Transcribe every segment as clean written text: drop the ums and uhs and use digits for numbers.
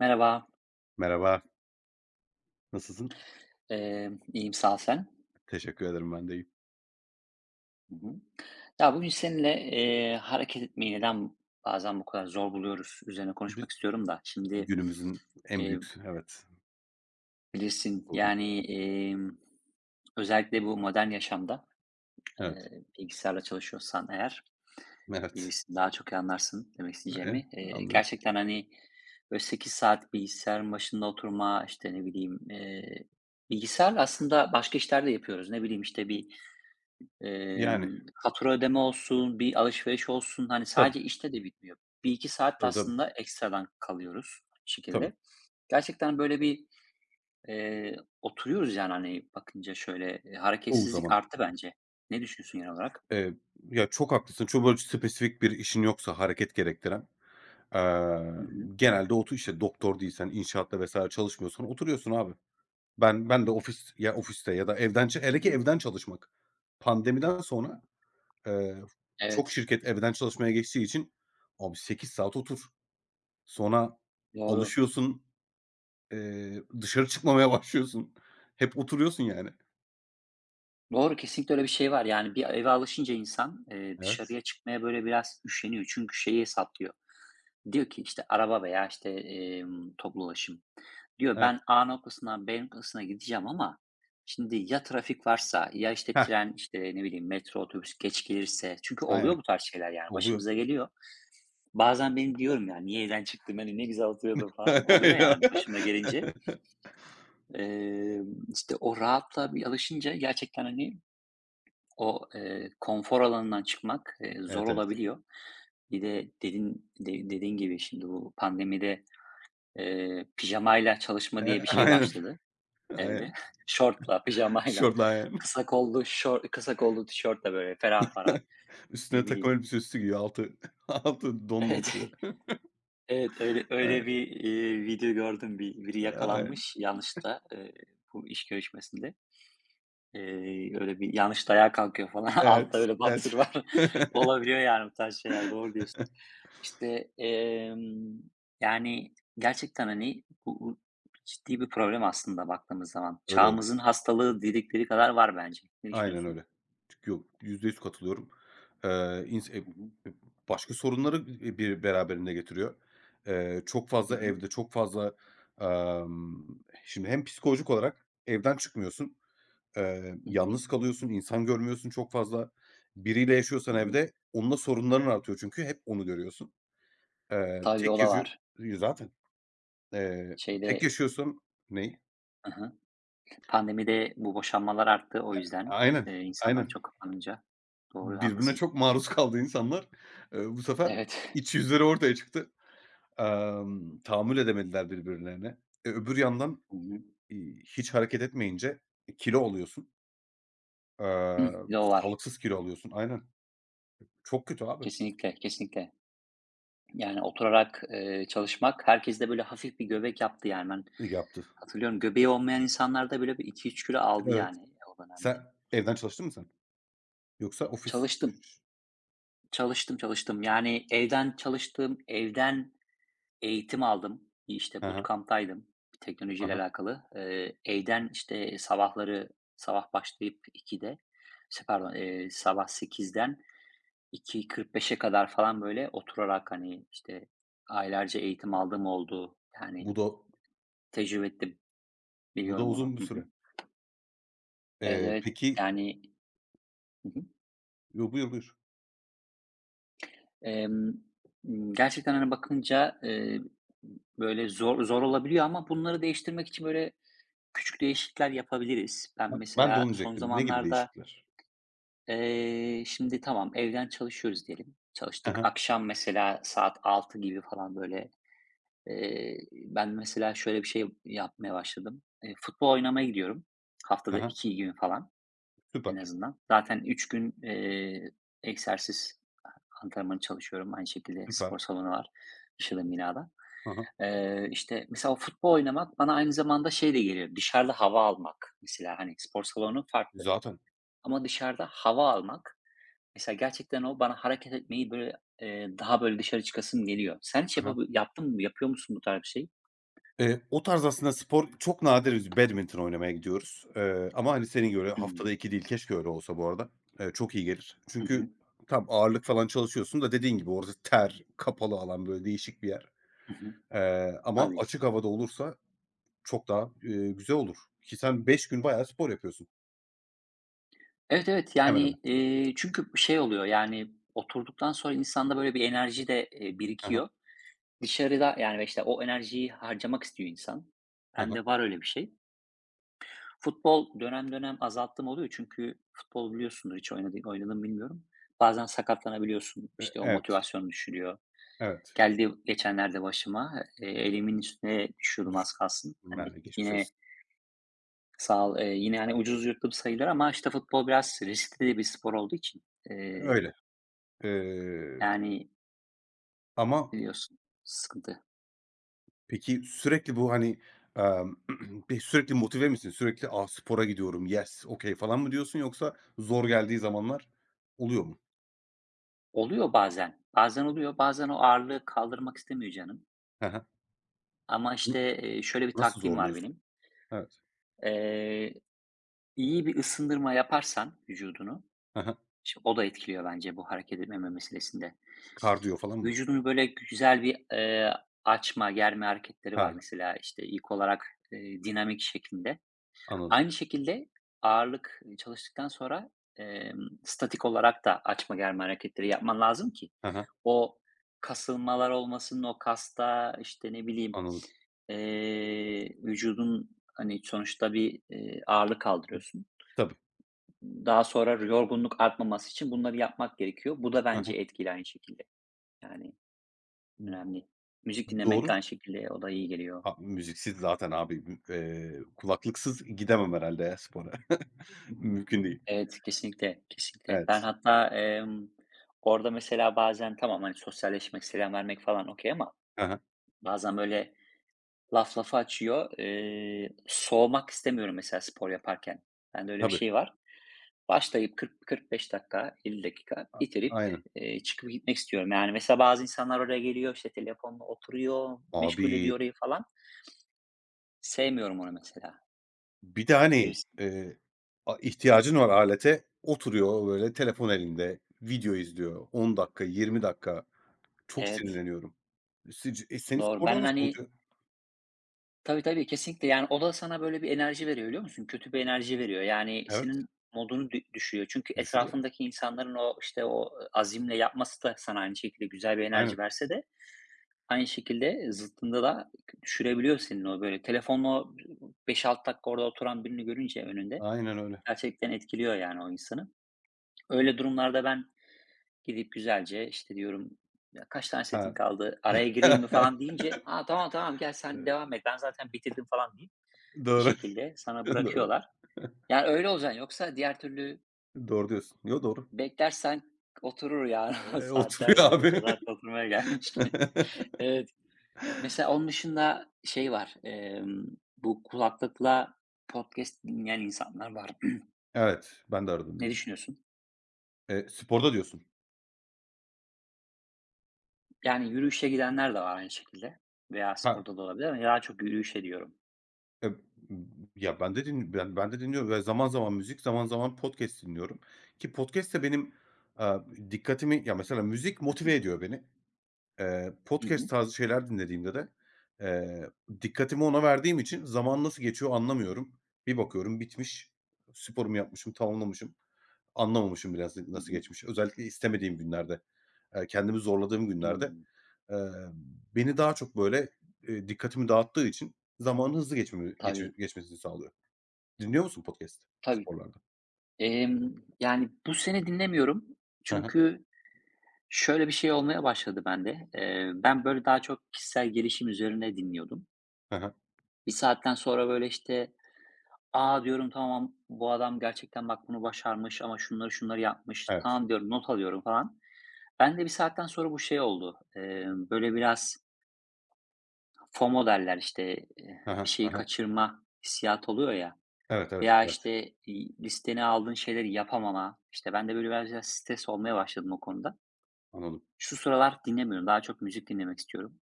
Merhaba, Merhaba, nasılsın? İyiyim sağ ol sen. Teşekkür ederim, ben de iyiyim. Hı hı. Ya bugün seninle hareket etmeyi neden bazen bu kadar zor buluyoruz üzerine Bi konuşmak istiyorum da. Şimdi günümüzün en eee, büyük, evet, bilirsin sorunu. yani özellikle bu modern yaşamda Evet, bilgisayarla çalışıyorsan eğer evet. bilirsin daha çok iyi anlarsın demek E, isteyeceğimi. Anlıyorum. Gerçekten hani böyle 8 saat bilgisayarın başında oturma işte ne bileyim bilgisayar aslında başka işler de yapıyoruz. Ne bileyim işte bir Yani, fatura ödeme olsun, bir alışveriş olsun, hani, tabii, sadece işte de bitmiyor. Bir iki saat de tabii, tabii, aslında ekstradan kalıyoruz bir tabii. şekilde. Gerçekten böyle oturuyoruz yani, hani, bakınca şöyle, Çoğu hareketsizlik zaman. arttı bence. Ne düşünüyorsun genel olarak? Eee, ya, çok haklısın. Çok böyle spesifik bir işin yoksa hareket gerektiren, eee, Hı hı. genelde işte doktor değilsen, inşaatta vesaire çalışmıyorsan oturuyorsun abi. Ben de ofiste ya da evden Hı hele ki hı. evden çalışmak. Pandemiden sonra, Eee, çok Evet, şirket evden çalışmaya geçtiği için abi 8 saat otur. Sonra doğru. alışıyorsun, dışarı çıkmamaya başlıyorsun. Hep oturuyorsun yani. Doğru, kesinlikle öyle bir şey var. Yani, bir eve alışınca insan, Evet, dışarıya çıkmaya böyle biraz üşeniyor. Çünkü şeyi hesaplıyor. Diyor ki, işte, araba veya, işte, toplu ulaşım. Diyor evet. ben A noktasından B noktasına gideceğim ama şimdi ya trafik varsa ya işte Heh, tren, işte, ne bileyim, metro, otobüs geç gelirse çünkü aynen. oluyor bu tarz şeyler yani Oluyor. başımıza geliyor. Bazen benim diyorum yani niye evden çıktım, hani, ne güzel oturuyordum falan oluyor yani başıma gelince. İşte o rahatla bir alışınca gerçekten, hani, o, konfor alanından çıkmak, zor Evet, evet. olabiliyor. Bir de de dediğin gibi şimdi bu pandemide, pijamayla çalışma diye bir şey aynen, başladı. Evde. aynen. Şortla, pijamayla, Şortla aynen. Kısa kollu tişörtle böyle ferah ferah, Üstüne ne takım bileyim. elbise üstü giyiyor. Altı altı donla Evet, oturuyor. evet, öyle Aynen, öyle bir, video gördüm. Biri aynen. yakalanmış yanlışta bu iş görüşmesinde. Öyle bir yanlış ayağa kalkıyor falan. Altta Evet, öyle boxer evet. var. Olabiliyor yani bu tarz şeyler, doğru diyorsun. İşte, yani gerçekten, hani, bu ciddi bir problem aslında baktığımız zaman. Öyle, öyle. Çağımızın hastalığı dedikleri kadar var bence. Ne Aynen düşünüyorsun? öyle. Çünkü yok, %100 katılıyorum. İns eb Hı hı. eb başka sorunları bir beraberinde getiriyor. Çok Hı fazla hı. evde, çok fazla, emm, şimdi hem psikolojik olarak evden çıkmıyorsun, Hı hı. yalnız kalıyorsun, insan görmüyorsun çok fazla. Biriyle Hı yaşıyorsan hı. evde, onunla sorunların artıyor çünkü hep onu görüyorsun. Eee, Tabii o tek da yaşıyor var. zaten, tek Şeyde. yaşıyorsan. Neyi? Hı hı. Pandemide bu boşanmalar arttı o yüzden. Aynen, İnsanlar aynen. çok kapanınca. Doğru, Birbirine haklısın. çok maruz kaldı insanlar. Bu sefer Evet. iç yüzleri ortaya çıktı. Tahammül edemediler birbirlerine. E, öbür yandan, Hı hı. Hiç hareket etmeyince, kilo alıyorsun. Hıh, Eee, bir de o var. sağlıksız kilo alıyorsun. Aynen. Çok kötü abi Kesinlikle, kesinlikle. Yani oturarak, çalışmak herkeste böyle hafif bir göbek yaptı yani ben yaptı. hatırlıyorum göbeği olmayan insanlarda bile bir 2-3 kilo aldı Evet. yani o dönemde. Sen evden çalıştın mı sen? Yoksa ofis Çalıştım, çalıştım, çalıştım. Yani evden çalıştım, eğitim aldım. İşte Hı hı. bootcamp'taydım Hı teknolojiyle hı. alakalı. Evden, işte, sabah başlayıp sabah 8'den 2.45'e kadar falan, böyle, oturarak, hani, işte, aylarca eğitim aldığım oldu. Yani, Bu da tecrübe ettim. bu da Biliyorum onu. uzun bir Hı hı. süre. Evet, evet. Peki. Yani. Hı hı. Yo, buyur, buyur. Emm, Gerçekten, hani, bakınca, böyle, zor zor olabiliyor ama bunları değiştirmek için, böyle, küçük değişiklikler yapabiliriz. Ben Hah, ben de mesela onu son diyecektim. Ne gibi zamanlarda, değişiklikler? Şimdi tamam evden çalışıyoruz diyelim. Hı Çalıştık. hı. Akşam mesela saat 6 gibi falan böyle, ben mesela şöyle bir şey yapmaya başladım. Futbol oynamaya gidiyorum. Hı Haftada hı. 2 gün falan en Süper, azından. Zaten 3 gün, egzersiz antrenmanı çalışıyorum. Aynı şekilde süper. spor salonu var yaşadığım binada. Hı hı. İşte, mesela o futbol oynamak bana aynı zamanda şey de geliyor, dışarıda hava almak. Mesela, hani, spor salonu farklı Zaten. ama dışarıda hava almak, mesela gerçekten o bana hareket etmeyi, böyle, daha, böyle, dışarı çıkasım geliyor. Sen hiç Hı hı. Yaptın mı? Yapıyor musun bu tarz bir şey? O tarz aslında spor çok nadiriz, badminton oynamaya gidiyoruz, ama, hani, senin göre Hımm. haftada 2 değil, keşke öyle olsa bu arada. Çok iyi gelir. Hı Çünkü hı. tam ağırlık falan çalışıyorsun da dediğin gibi orası ter, kapalı alan, böyle, değişik bir yer. Hı hı. Ama Tabii. açık havada olursa çok daha, güzel olur ki sen 5 gün bayağı spor yapıyorsun Evet, evet. hemen Yani, hemen. Çünkü şey oluyor, yani, oturduktan sonra insanda, böyle, bir enerji de, Hı hı. birikiyor. Dışarıda, yani, işte, o enerjiyi harcamak istiyor insan. Hı hı. Bende var öyle bir şey. Futbol dönem dönem azalttığım oluyor çünkü futbol biliyorsundur hiç oynadın bilmiyorum. Bazen sakatlanabiliyorsun, E işte, o evet, motivasyon düşülüyor. evet. Geldi geçenlerde başıma, elimin üstüne düşüyordum Düşün az kalsın. Hani, yani geçmiş yine olsun. sağ ol yine, hani, ucuz yırttım sayılır ama, işte, futbol biraz riskli de bir spor olduğu için, eee, Öyle. Eee, yani, ama biliyorsun sıkıntı. Peki, sürekli bu, hani, emm, bir sürekli motive misin? Sürekli, "A, spora gidiyorum, yes, okay." falan mı diyorsun yoksa zor geldiği zamanlar oluyor mu? Oluyor bazen, bazen oluyor, bazen o ağırlığı kaldırmak istemiyor canım He he. ama, N işte, şöyle bir nasıl taktiğim var zorluyorsun? benim. Evet. Eee İyi bir ısındırma yaparsan vücudunu, He he. O da etkiliyor bence bu hareket etmeme meselesinde. Kardiyo falan mı? Vücudunu böyle güzel bir, açma, germe hareketleri Ha, var mesela, işte, ilk olarak, dinamik şeklinde. anladım. Aynı şekilde ağırlık, çalıştıktan sonra, statik olarak da açma germe hareketleri yapman lazım ki He he, o kasılmalar olmasın, o kasta, işte, ne bileyim, anladım. Vücudun, hani, sonuçta bir, ağırlık kaldırıyorsun. Tabii. Daha sonra yorgunluk artmaması için bunları yapmak gerekiyor. Bu da He bence he. etkili aynı şekilde. Yani önemli. Müzik dinlemek Doğru. aynı şekilde o da iyi geliyor. A, müziksiz zaten abi, b kulaklıksız gidemem herhalde ya spora. Mümkün değil. Evet, kesinlikle, kesinlikle. Ben Evet. hatta, orada mesela bazen tamam, hani, sosyalleşmek, selam vermek falan okay ama He he. bazen böyle laf lafı açıyor. Soğumak istemiyorum mesela spor yaparken. Bende öyle bir Tabii. şey var. Başlayıp 40-45 dakika, 50 dakika bitirip, Aynen. Çıkıp gitmek istiyorum. Yani, mesela bazı insanlar oraya geliyor, işte, telefonla oturuyor, meşgul Abi, ediyor orayı falan. Sevmiyorum onu mesela. bir de, hani, Bilirsin. A ihtiyacın var alete, oturuyor böyle telefon elinde, video izliyor 10 dakika, 20 dakika. Çok Evet, sinirleniyorum. Seni doğru. spordan Ben, da hani soğutuyor. Tabii, tabii, kesinlikle. Yani, o da sana böyle bir enerji veriyor, biliyor musun? Kötü bir enerji veriyor. Yani, Evet, senin modunu düşüyor. Çünkü düşürüyor. etrafındaki insanların o, işte, o azimle yapması da sana aynı şekilde güzel bir enerji Aynen, verse de aynı şekilde zıttında da düşürebiliyor senin o böyle telefonla o 5-6 dakika orada oturan birini görünce önünde aynen öyle. gerçekten etkiliyor yani o insanı. Öyle durumlarda ben gidip güzelce işte diyorum "Ya kaç tane setin Ha. kaldı, araya gireyim mi?" falan deyince, "A, tamam, tamam gel sen devam et ben zaten bitirdim." falan deyip bir Doğru, şekilde sana doğru. bırakıyorlar. Yani öyle olacaksın yoksa diğer türlü Doğru diyorsun. Yo, doğru. beklersen oturur yani Oturuyor saatlerce orada abi. zaten oturmaya gelmiş. Evet. Mesela onun dışında şey var, bu kulaklıkla podcast dinleyen insanlar var. Evet, ben de Ne aradım. düşünüyorsun? Sporda diyorsun. Yani yürüyüşe gidenler de var aynı şekilde veya Ha. sporda da olabilir ama daha çok yürüyüşe diyorum. Eee, ya, ben de dinliyorum ve zaman zaman müzik, zaman zaman podcast dinliyorum ki podcast de benim, aaa, dikkatimi ya, mesela müzik Hı hı. motive ediyor beni. Eee, Hı podcast hı. tarzı şeyler dinlediğimde de, eee, dikkatimi ona verdiğim için zaman nasıl geçiyor anlamıyorum. Bir bakıyorum bitmiş, sporumu yapmışım, tamamlamışım. Anlamamışım biraz Hı nasıl hı. geçmiş. Özellikle istemediğim günlerde, kendimi zorladığım günlerde. Hımm. Eee, beni daha çok böyle, dikkatimi dağıttığı için zamanın hızlı geçmemi geçe Tabii, geçmesini sağlıyor. Dinliyor musun podcast tabii. sporlarda? Yani bu sene dinlemiyorum Hı hı. çünkü şöyle bir şey olmaya başladı bende. Ben böyle daha çok kişisel gelişim üzerine dinliyordum. Hı hı. Bir saatten sonra böyle işte A, diyorum, tamam, bu adam gerçekten bak bunu başarmış ama şunları şunları yapmış. Evet. Tamam diyorum, not alıyorum falan. Ben de bir saatten sonra bu şey oldu. Böyle biraz FOMO derler işte, Hı bir hı. şeyi Hı hı. kaçırma hissiyatı oluyor ya Evet, evet, veya evet. işte listene aldığın şeyleri yapamama, işte bende böyle biraz stres olmaya başladım o konuda. Anladım. Şu sıralar dinlemiyorum, daha çok müzik dinlemek istiyorum.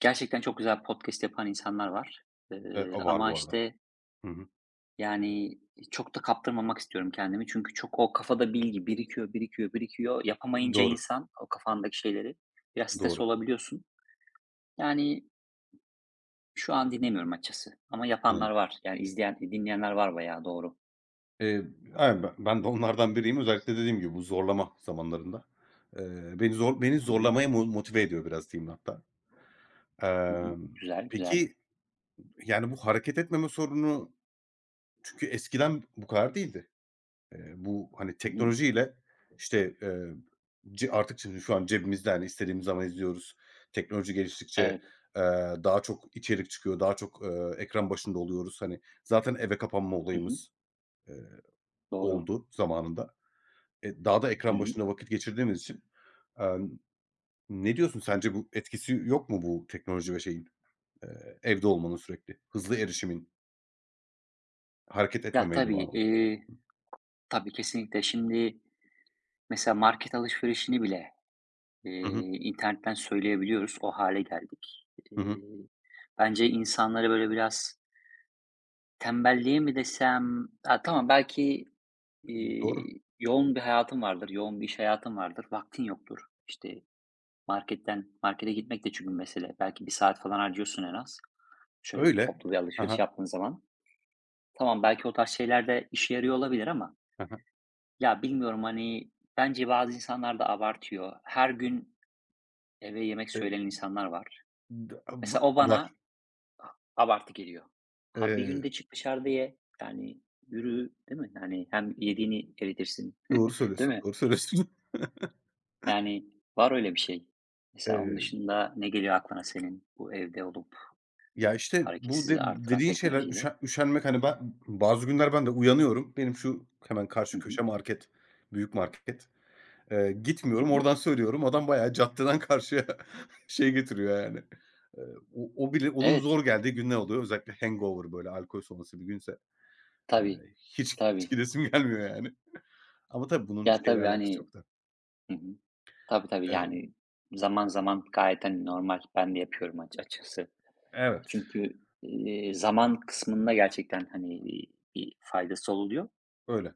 Gerçekten çok güzel podcast yapan insanlar var, Evet, o var ama bu arada. işte Hı hı. yani, çok da kaptırmamak istiyorum kendimi çünkü çok o kafada bilgi birikiyor, birikiyor, birikiyor. Yapamayınca Doğru, insan o kafandaki şeyleri biraz stres doğru. olabiliyorsun. Yani, şu an dinlemiyorum açıkçası ama yapanlar Anladım. var. Yani, izleyen, dinleyenler var bayağı doğru. Eee, aynen ben de onlardan biriyim. Özellikle dediğim gibi bu zorlama zamanlarında. Beni Hı hı. zorlamaya motive ediyor biraz diyeyim hatta. Hı hı. Emm, Güzel, güzel. peki, yani, bu hareket etmeme sorunu çünkü eskiden bu kadar değildi. Bu, hani, Hı hı. teknolojiyle, işte, ce artık şimdi şu an cebimizde, hani, istediğimiz zaman izliyoruz. Teknoloji geliştikçe, Evet. Daha çok içerik çıkıyor, daha çok, ekran başında oluyoruz. Hani, zaten eve kapanma Hı hı. olayımız, eee, Doğru. oldu zamanında. E, daha da Hı ekran hı. başında vakit geçirdiğimiz için, emm, ne diyorsun sence bu etkisi yok mu bu teknoloji ve şeyin, evde olmanın sürekli? Hızlı erişimin, hareket Ya, etmemeyle tabii, bağlı. Tabii kesinlikle. Şimdi mesela market alışverişini bile Hı hı. internetten söyleyebiliyoruz. O hale geldik. Hı hı. Bence insanları, böyle, biraz tembelliğe mi desem? Ya, tamam, belki, Doğru. Yoğun bir hayatın vardır, yoğun bir iş hayatın vardır, vaktin yoktur. İşte, marketten markete gitmek de çünkü mesele. Belki bir saat falan harcıyorsun en az. Şöyle bir Öyle. toplu bir Hı alışveriş hı. yaptığın zaman. Tamam, belki o tarz şeyler de işe yarıyor olabilir ama ya, bilmiyorum, hani, bence bazı insanlar da abartıyor. Her gün eve yemek söyleyen insanlar var. D a va Mesela o Var. bana abartı geliyor. Abi, bir Eee, günde çık dışarıda ye. Yani yürü, değil mi? Yani hem yediğini eritirsin, doğru değil söylüyorsun, mi? doğru söylüyorsun. Yani var öyle bir şey. Mesela onun Eee, dışında ne geliyor aklına senin bu evde olup ya, işte, bu de hareketsizliği artıran dediğin şeyler teknolojiyle? üşenmek, hani, ben bazı günler ben de uyanıyorum. Benim şu hemen Hı karşı hı. köşe market, büyük market. Eee, Hı gitmiyorum, hı. oradan söylüyorum. Adam bayağı caddeden karşıya şey getiriyor yani. Eee, o bile onun Evet. zor geldiği günler oluyor. Özellikle hangover, böyle, alkol sonrası bir günse Tabii, hiç tabii. gidesim gelmiyor yani. Ama tabii bunun Ya, şeyle tabii, alakası hani. yok da. Hı hı. Tabii, tabii, Eee, yani zaman zaman gayet, hani, normal. Ben de yapıyorum açıkçası. evet, Çünkü, zaman kısmında gerçekten, hani, bir faydası oluyor. öyle.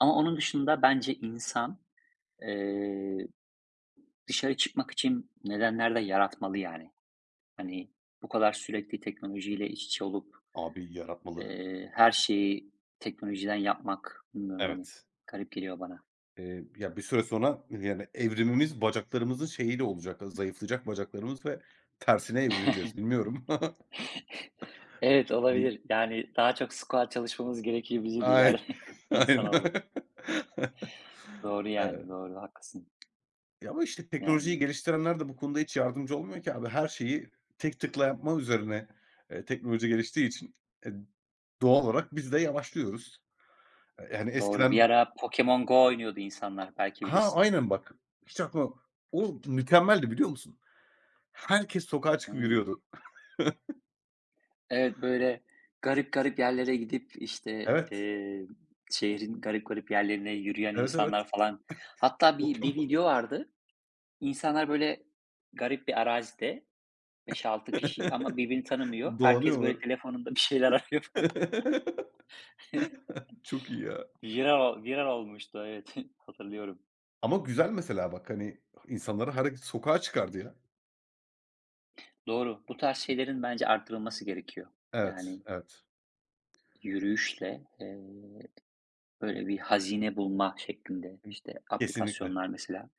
Ama onun dışında bence insan, eee, dışarı çıkmak için nedenler de yaratmalı yani. Hani, bu kadar sürekli teknolojiyle iç içe olup, Abi yaratmalı. Her şeyi teknolojiden yapmak, bilmiyorum, hani, Evet. garip geliyor bana. Ya, bir süre sonra, yani, evrimimiz bacaklarımızın şeyiyle olacak, zayıflayacak bacaklarımız ve tersine evrileceğiz. Bilmiyorum. Evet, Bir olabilir. Yani daha çok squat çalışmamız gerekebilir Ay ileride aynen. insanoğlu. Doğru yani, Eee, doğru, haklısın. ya, ama, işte, teknolojiyi Yani, geliştirenler de bu konuda hiç yardımcı olmuyor ki abi. Her şeyi tek tıkla yapma üzerine, teknoloji geliştiği için, eee, doğal olarak biz de yavaşlıyoruz. Yani, doğru. Bir eskiden. ara Pokemon Go oynuyordu insanlar, belki Ha, bilirsin. aynen bak. Hiç aklıma. O mükemmeldi biliyor musun? Herkes sokağa çıkıp Hıı. yürüyordu. Evet, böyle garip garip yerlere gidip, işte, Evet. Şehrin garip garip yerlerine yürüyen Evet, insanlar evet. falan. Hatta bir Pokemon. video vardı. İnsanlar böyle garip bir arazide beş altı kişi ama birbirini tanımıyor. Herkes Dolanıyorlar. böyle telefonunda bir şeyler arıyor falan. Çok iyi ya. Viral olmuştu, evet, hatırlıyorum. Ama güzel mesela bak, hani, insanları sokağa çıkardı ya. Doğru, bu tarz şeylerin bence arttırılması gerekiyor. Evet, Yani evet. yürüyüşle, böyle bir hazine bulma şeklinde, işte, Kesinlikle. aplikasyonlar mesela.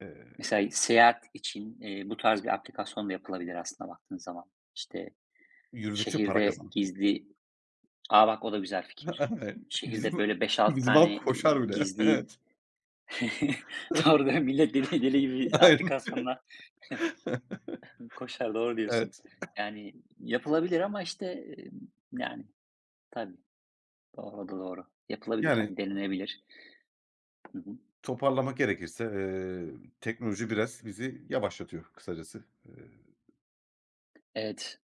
Eee, Mesela seyahat için, bu tarz bir aplikasyon da yapılabilir aslında baktığın zaman. İşte, yürüdükçe para şehirde kazan. gizli. A, bak o da güzel fikir. Aynen. Şehirde Bizim böyle beş altı bizim halk tane, koşar bile. gizli. Evet. Doğru değil, millet deli deli gibi Aynen. aplikasyonla koşar, doğru diyorsun. Evet. Yani yapılabilir ama işte, emm, yani tabii, doğru, da doğru. Yapılabilir, Yani yani denenebilir. Hı hı. toparlamak gerekirse, teknoloji biraz bizi yavaşlatıyor kısacası, Evet.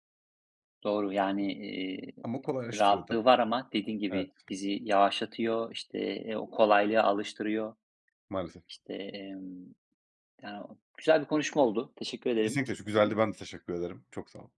Doğru, yani, ama kolaylaştırıyor tabii. rahatlığı var ama dediğin Evet, gibi bizi yavaşlatıyor, işte, o kolaylığa alıştırıyor. maalesef. İşte, yani, güzel bir konuşma oldu. Teşekkür ederim. Kesinlikle çok Hı hı. güzeldi. Ben de teşekkür ederim. Çok sağ ol.